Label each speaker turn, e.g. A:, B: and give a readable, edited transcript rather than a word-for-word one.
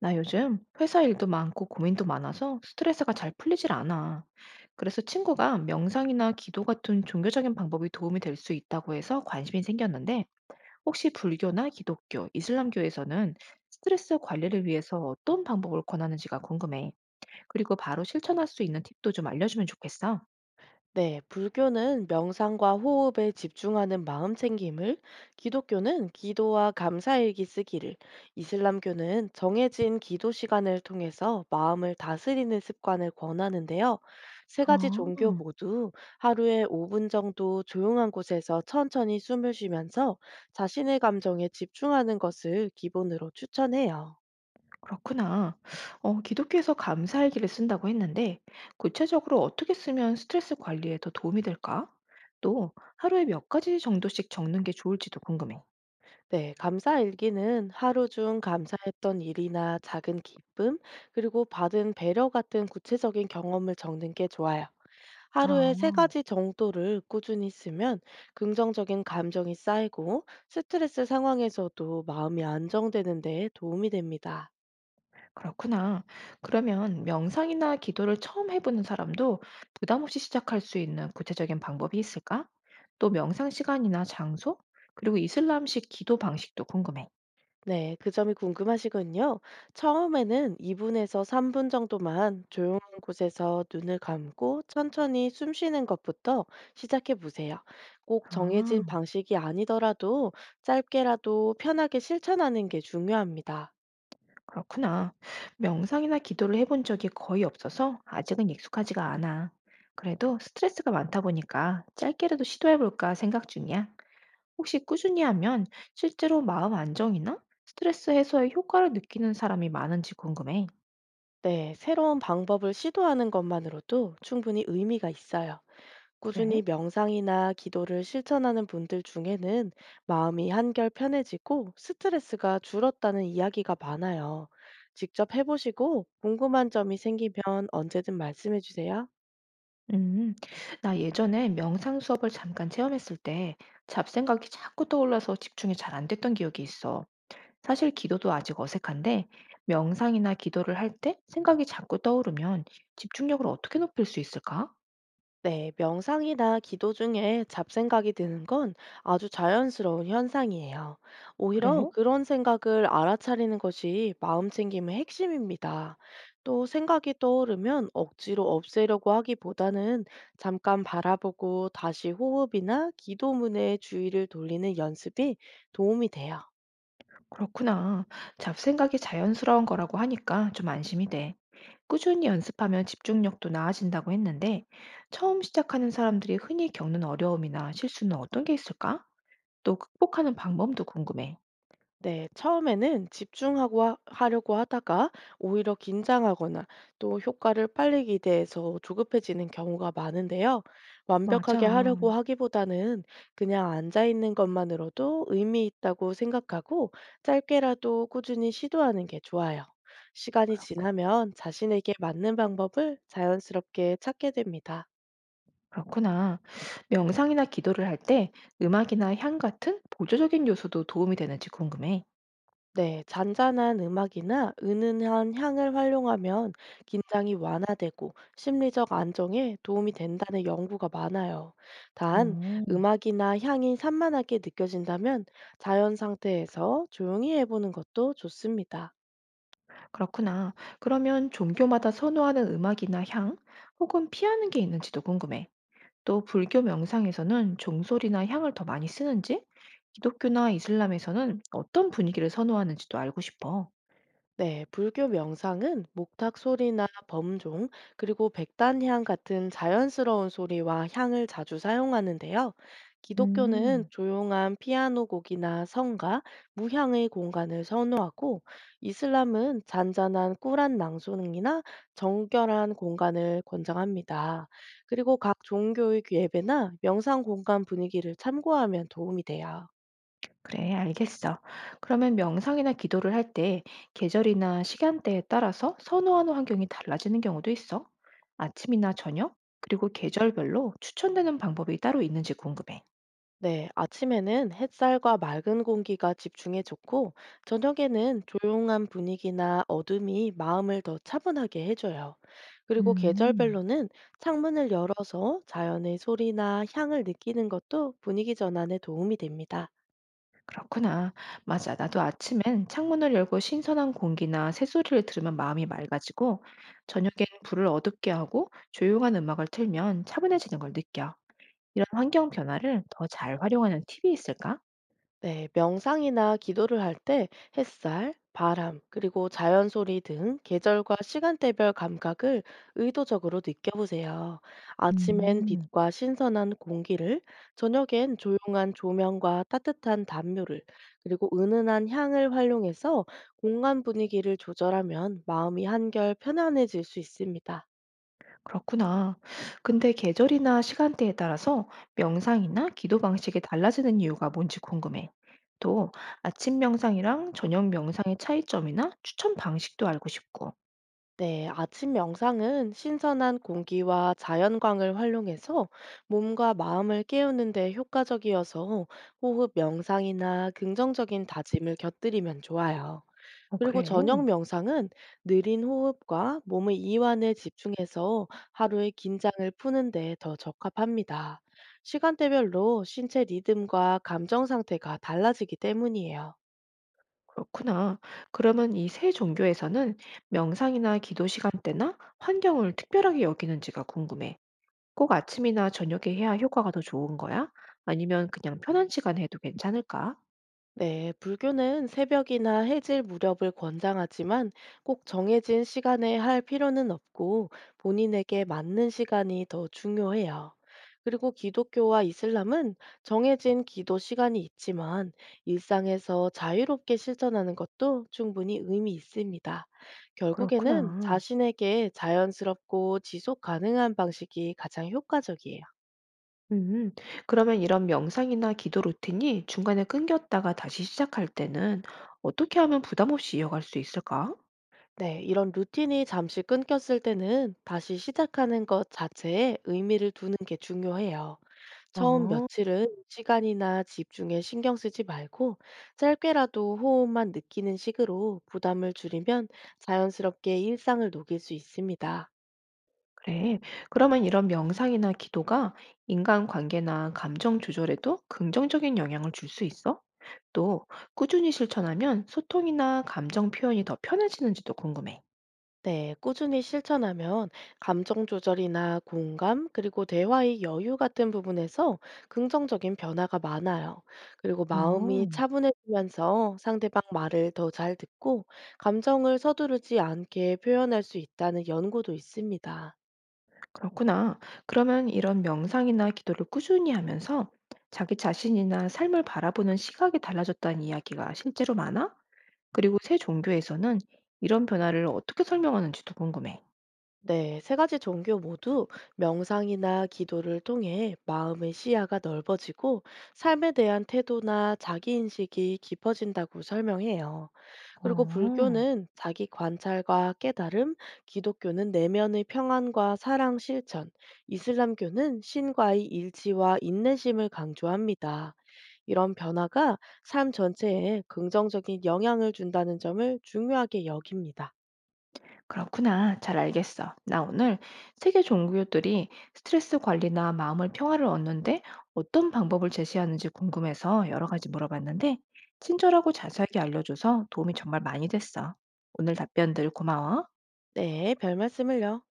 A: 나 요즘 회사 일도 많고 고민도 많아서 스트레스가 잘 풀리질 않아. 그래서 친구가 명상이나 기도 같은 종교적인 방법이 도움이 될 수 있다고 해서 관심이 생겼는데, 혹시 불교나 기독교, 이슬람교에서는 스트레스 관리를 위해서 어떤 방법을 권하는지가 궁금해. 그리고 바로 실천할 수 있는 팁도 좀 알려주면 좋겠어.
B: 네, 불교는 명상과 호흡에 집중하는 마음 챙김을, 기독교는 기도와 감사일기 쓰기를, 이슬람교는 정해진 기도 시간을 통해서 마음을 다스리는 습관을 권하는데요. 세
A: 어.
B: 가지 종교 모두 하루에 5분 정도 조용한 곳에서 천천히 숨을 쉬면서 자신의 감정에 집중하는 것을 기본으로 추천해요.
A: 그렇구나. 어, 기독교에서 감사일기를 쓴다고 했는데, 구체적으로 어떻게 쓰면 스트레스 관리에 더 도움이 될까? 또, 하루에 몇 가지 정도씩 적는 게 좋을지도 궁금해.
B: 네, 감사 일기는 하루 중 감사했던 일이나 작은 기쁨, 그리고 받은 배려 같은 구체적인 경험을 적는 게 좋아요.
A: 아,
B: 하루에 세 가지 정도를 꾸준히 쓰면 긍정적인 감정이 쌓이고 스트레스 상황에서도 마음이 안정되는 데 도움이 됩니다.
A: 그렇구나. 그러면 명상이나 기도를 처음 해보는 사람도 부담 없이 시작할 수 있는 구체적인 방법이 있을까? 또 명상 시간이나 장소? 그리고 이슬람식 기도 방식도 궁금해.
B: 네, 그 점이 궁금하시군요. 처음에는 2분에서 3분 정도만 조용한 곳에서 눈을 감고 천천히 숨 쉬는 것부터 시작해 보세요. 꼭 정해진
A: 아.
B: 방식이 아니더라도 짧게라도 편하게 실천하는 게 중요합니다.
A: 그렇구나. 명상이나 기도를 해본 적이 거의 없어서 아직은 익숙하지가 않아. 그래도 스트레스가 많다 보니까 짧게라도 시도해볼까 생각 중이야. 혹시 꾸준히 하면 실제로 마음 안정이나 스트레스 해소에 효과를 느끼는 사람이 많은지 궁금해.
B: 네, 새로운 방법을 시도하는 것만으로도 충분히 의미가 있어요.
A: 그래?
B: 꾸준히 명상이나 기도를 실천하는 분들 중에는 마음이 한결 편해지고 스트레스가 줄었다는 이야기가 많아요. 직접 해보시고 궁금한 점이 생기면 언제든 말씀해 주세요.
A: 음, 나 예전에 명상 수업을 잠깐 체험했을 때 잡생각이 자꾸 떠올라서 집중이 잘 안 됐던 기억이 있어. 사실 기도도 아직 어색한데 명상이나 기도를 할 때 생각이 자꾸 떠오르면 집중력을 어떻게 높일 수 있을까?
B: 네, 명상이나 기도 중에 잡생각이 드는 건 아주 자연스러운 현상이에요.
A: 그래?
B: 오히려 그런 생각을 알아차리는 것이 마음 챙김의 핵심입니다. 또 생각이 떠오르면 억지로 없애려고 하기보다는 잠깐 바라보고 다시 호흡이나 기도문에 주의를 돌리는 연습이 도움이 돼요.
A: 그렇구나. 잡생각이 자연스러운 거라고 하니까 좀 안심이 돼. 꾸준히 연습하면 집중력도 나아진다고 했는데 처음 시작하는 사람들이 흔히 겪는 어려움이나 실수는 어떤 게 있을까? 또 극복하는 방법도 궁금해.
B: 네, 처음에는 집중하고 하려고 하다가 오히려 긴장하거나 또 효과를 빨리 기대해서 조급해지는 경우가 많은데요. 완벽하게
A: 맞아.
B: 하려고 하기보다는 그냥 앉아 있는 것만으로도 의미 있다고 생각하고 짧게라도 꾸준히 시도하는 게 좋아요. 시간이 지나면 자신에게 맞는 방법을 자연스럽게 찾게 됩니다.
A: 그렇구나. 명상이나 기도를 할 때 음악이나 향 같은 보조적인 요소도 도움이 되는지 궁금해.
B: 네, 잔잔한 음악이나 은은한 향을 활용하면 긴장이 완화되고 심리적 안정에 도움이 된다는 연구가 많아요. 단,
A: 어.
B: 음악이나 향이 산만하게 느껴진다면 자연 상태에서 조용히 해보는 것도 좋습니다.
A: 그렇구나. 그러면 종교마다 선호하는 음악이나 향, 혹은 피하는 게 있는지도 궁금해. 또 불교 명상에서는 종소리나 향을 더 많이 쓰는지, 기독교나 이슬람에서는 어떤 분위기를 선호하는지도 알고 싶어.
B: 네, 불교 명상은 목탁 소리나 범종, 그리고 백단향 같은 자연스러운 소리와 향을 자주 사용하는데요. 기독교는
A: 음,
B: 조용한 피아노 곡이나 성가, 무향의 공간을 선호하고, 이슬람은 잔잔한 꿀한 낭송이나 정결한 공간을 권장합니다. 그리고 각 종교의 예배나 명상 공간 분위기를 참고하면 도움이 돼요.
A: 그래, 알겠어. 그러면 명상이나 기도를 할 때 계절이나 시간대에 따라서 선호하는 환경이 달라지는 경우도 있어. 아침이나 저녁, 그리고 계절별로 추천되는 방법이 따로 있는지 궁금해.
B: 네, 아침에는 햇살과 맑은 공기가 집중에 좋고, 저녁에는 조용한 분위기나 어둠이 마음을 더 차분하게 해줘요. 그리고
A: 음.
B: 계절별로는 창문을 열어서 자연의 소리나 향을 느끼는 것도 분위기 전환에 도움이 됩니다.
A: 그렇구나. 맞아. 나도 아침엔 창문을 열고 신선한 공기나 새소리를 들으면 마음이 맑아지고, 저녁엔 불을 어둡게 하고 조용한 음악을 틀면 차분해지는 걸 느껴. 이런 환경 변화를 더 잘 활용하는 팁이 있을까?
B: 네, 명상이나 기도를 할 때 햇살, 바람, 그리고 자연 소리 등 계절과 시간대별 감각을 의도적으로 느껴보세요. 아침엔
A: 음,
B: 빛과 신선한 공기를, 저녁엔 조용한 조명과 따뜻한 담요를, 그리고 은은한 향을 활용해서 공간 분위기를 조절하면 마음이 한결 편안해질 수 있습니다.
A: 그렇구나. 근데 계절이나 시간대에 따라서 명상이나 기도 방식이 달라지는 이유가 뭔지 궁금해. 또 아침 명상이랑 저녁 명상의 차이점이나 추천 방식도 알고 싶고.
B: 네, 아침 명상은 신선한 공기와 자연광을 활용해서 몸과 마음을 깨우는 데 효과적이어서 호흡 명상이나 긍정적인 다짐을 곁들이면 좋아요.
A: 어,
B: 그리고
A: 그래.
B: 저녁 명상은 느린 호흡과 몸의 이완에 집중해서 하루의 긴장을 푸는 데 더 적합합니다. 시간대별로 신체 리듬과 감정 상태가 달라지기 때문이에요.
A: 그렇구나. 그러면 이 세 종교에서는 명상이나 기도 시간대나 환경을 특별하게 여기는지가 궁금해. 꼭 아침이나 저녁에 해야 효과가 더 좋은 거야? 아니면 그냥 편한 시간에 해도 괜찮을까?
B: 네, 불교는 새벽이나 해질 무렵을 권장하지만 꼭 정해진 시간에 할 필요는 없고 본인에게 맞는 시간이 더 중요해요. 그리고 기독교와 이슬람은 정해진 기도 시간이 있지만 일상에서 자유롭게 실천하는 것도 충분히 의미 있습니다. 결국에는
A: 그렇구나.
B: 자신에게 자연스럽고 지속 가능한 방식이 가장 효과적이에요.
A: 음, 그러면 이런 명상이나 기도 루틴이 중간에 끊겼다가 다시 시작할 때는 어떻게 하면 부담 없이 이어갈 수 있을까?
B: 네, 이런 루틴이 잠시 끊겼을 때는 다시 시작하는 것 자체에 의미를 두는 게 중요해요. 처음
A: 어.
B: 며칠은 시간이나 집중에 신경 쓰지 말고 짧게라도 호흡만 느끼는 식으로 부담을 줄이면 자연스럽게 일상을 녹일 수 있습니다.
A: 그래. 그러면 이런 명상이나 기도가 인간관계나 감정 조절에도 긍정적인 영향을 줄 수 있어? 또 꾸준히 실천하면 소통이나 감정 표현이 더 편해지는지도 궁금해.
B: 네, 꾸준히 실천하면 감정 조절이나 공감, 그리고 대화의 여유 같은 부분에서 긍정적인 변화가 많아요. 그리고
A: 어,
B: 마음이 차분해지면서 상대방 말을 더 잘 듣고 감정을 서두르지 않게 표현할 수 있다는 연구도 있습니다.
A: 그렇구나. 그러면 이런 명상이나 기도를 꾸준히 하면서 자기 자신이나 삶을 바라보는 시각이 달라졌다는 이야기가 실제로 많아? 그리고 새 종교에서는 이런 변화를 어떻게 설명하는지도 궁금해.
B: 네, 세 가지 종교 모두 명상이나 기도를 통해 마음의 시야가 넓어지고 삶에 대한 태도나 자기인식이 깊어진다고 설명해요. 그리고
A: 어.
B: 불교는 자기 관찰과 깨달음, 기독교는 내면의 평안과 사랑 실천, 이슬람교는 신과의 일치와 인내심을 강조합니다. 이런 변화가 삶 전체에 긍정적인 영향을 준다는 점을 중요하게 여깁니다.
A: 그렇구나. 잘 알겠어. 나 오늘 세계 종교들이 스트레스 관리나 마음을 평화를 얻는데 어떤 방법을 제시하는지 궁금해서 여러 가지 물어봤는데, 친절하고 자세하게 알려줘서 도움이 정말 많이 됐어. 오늘 답변들 고마워.
B: 네, 별 말씀을요.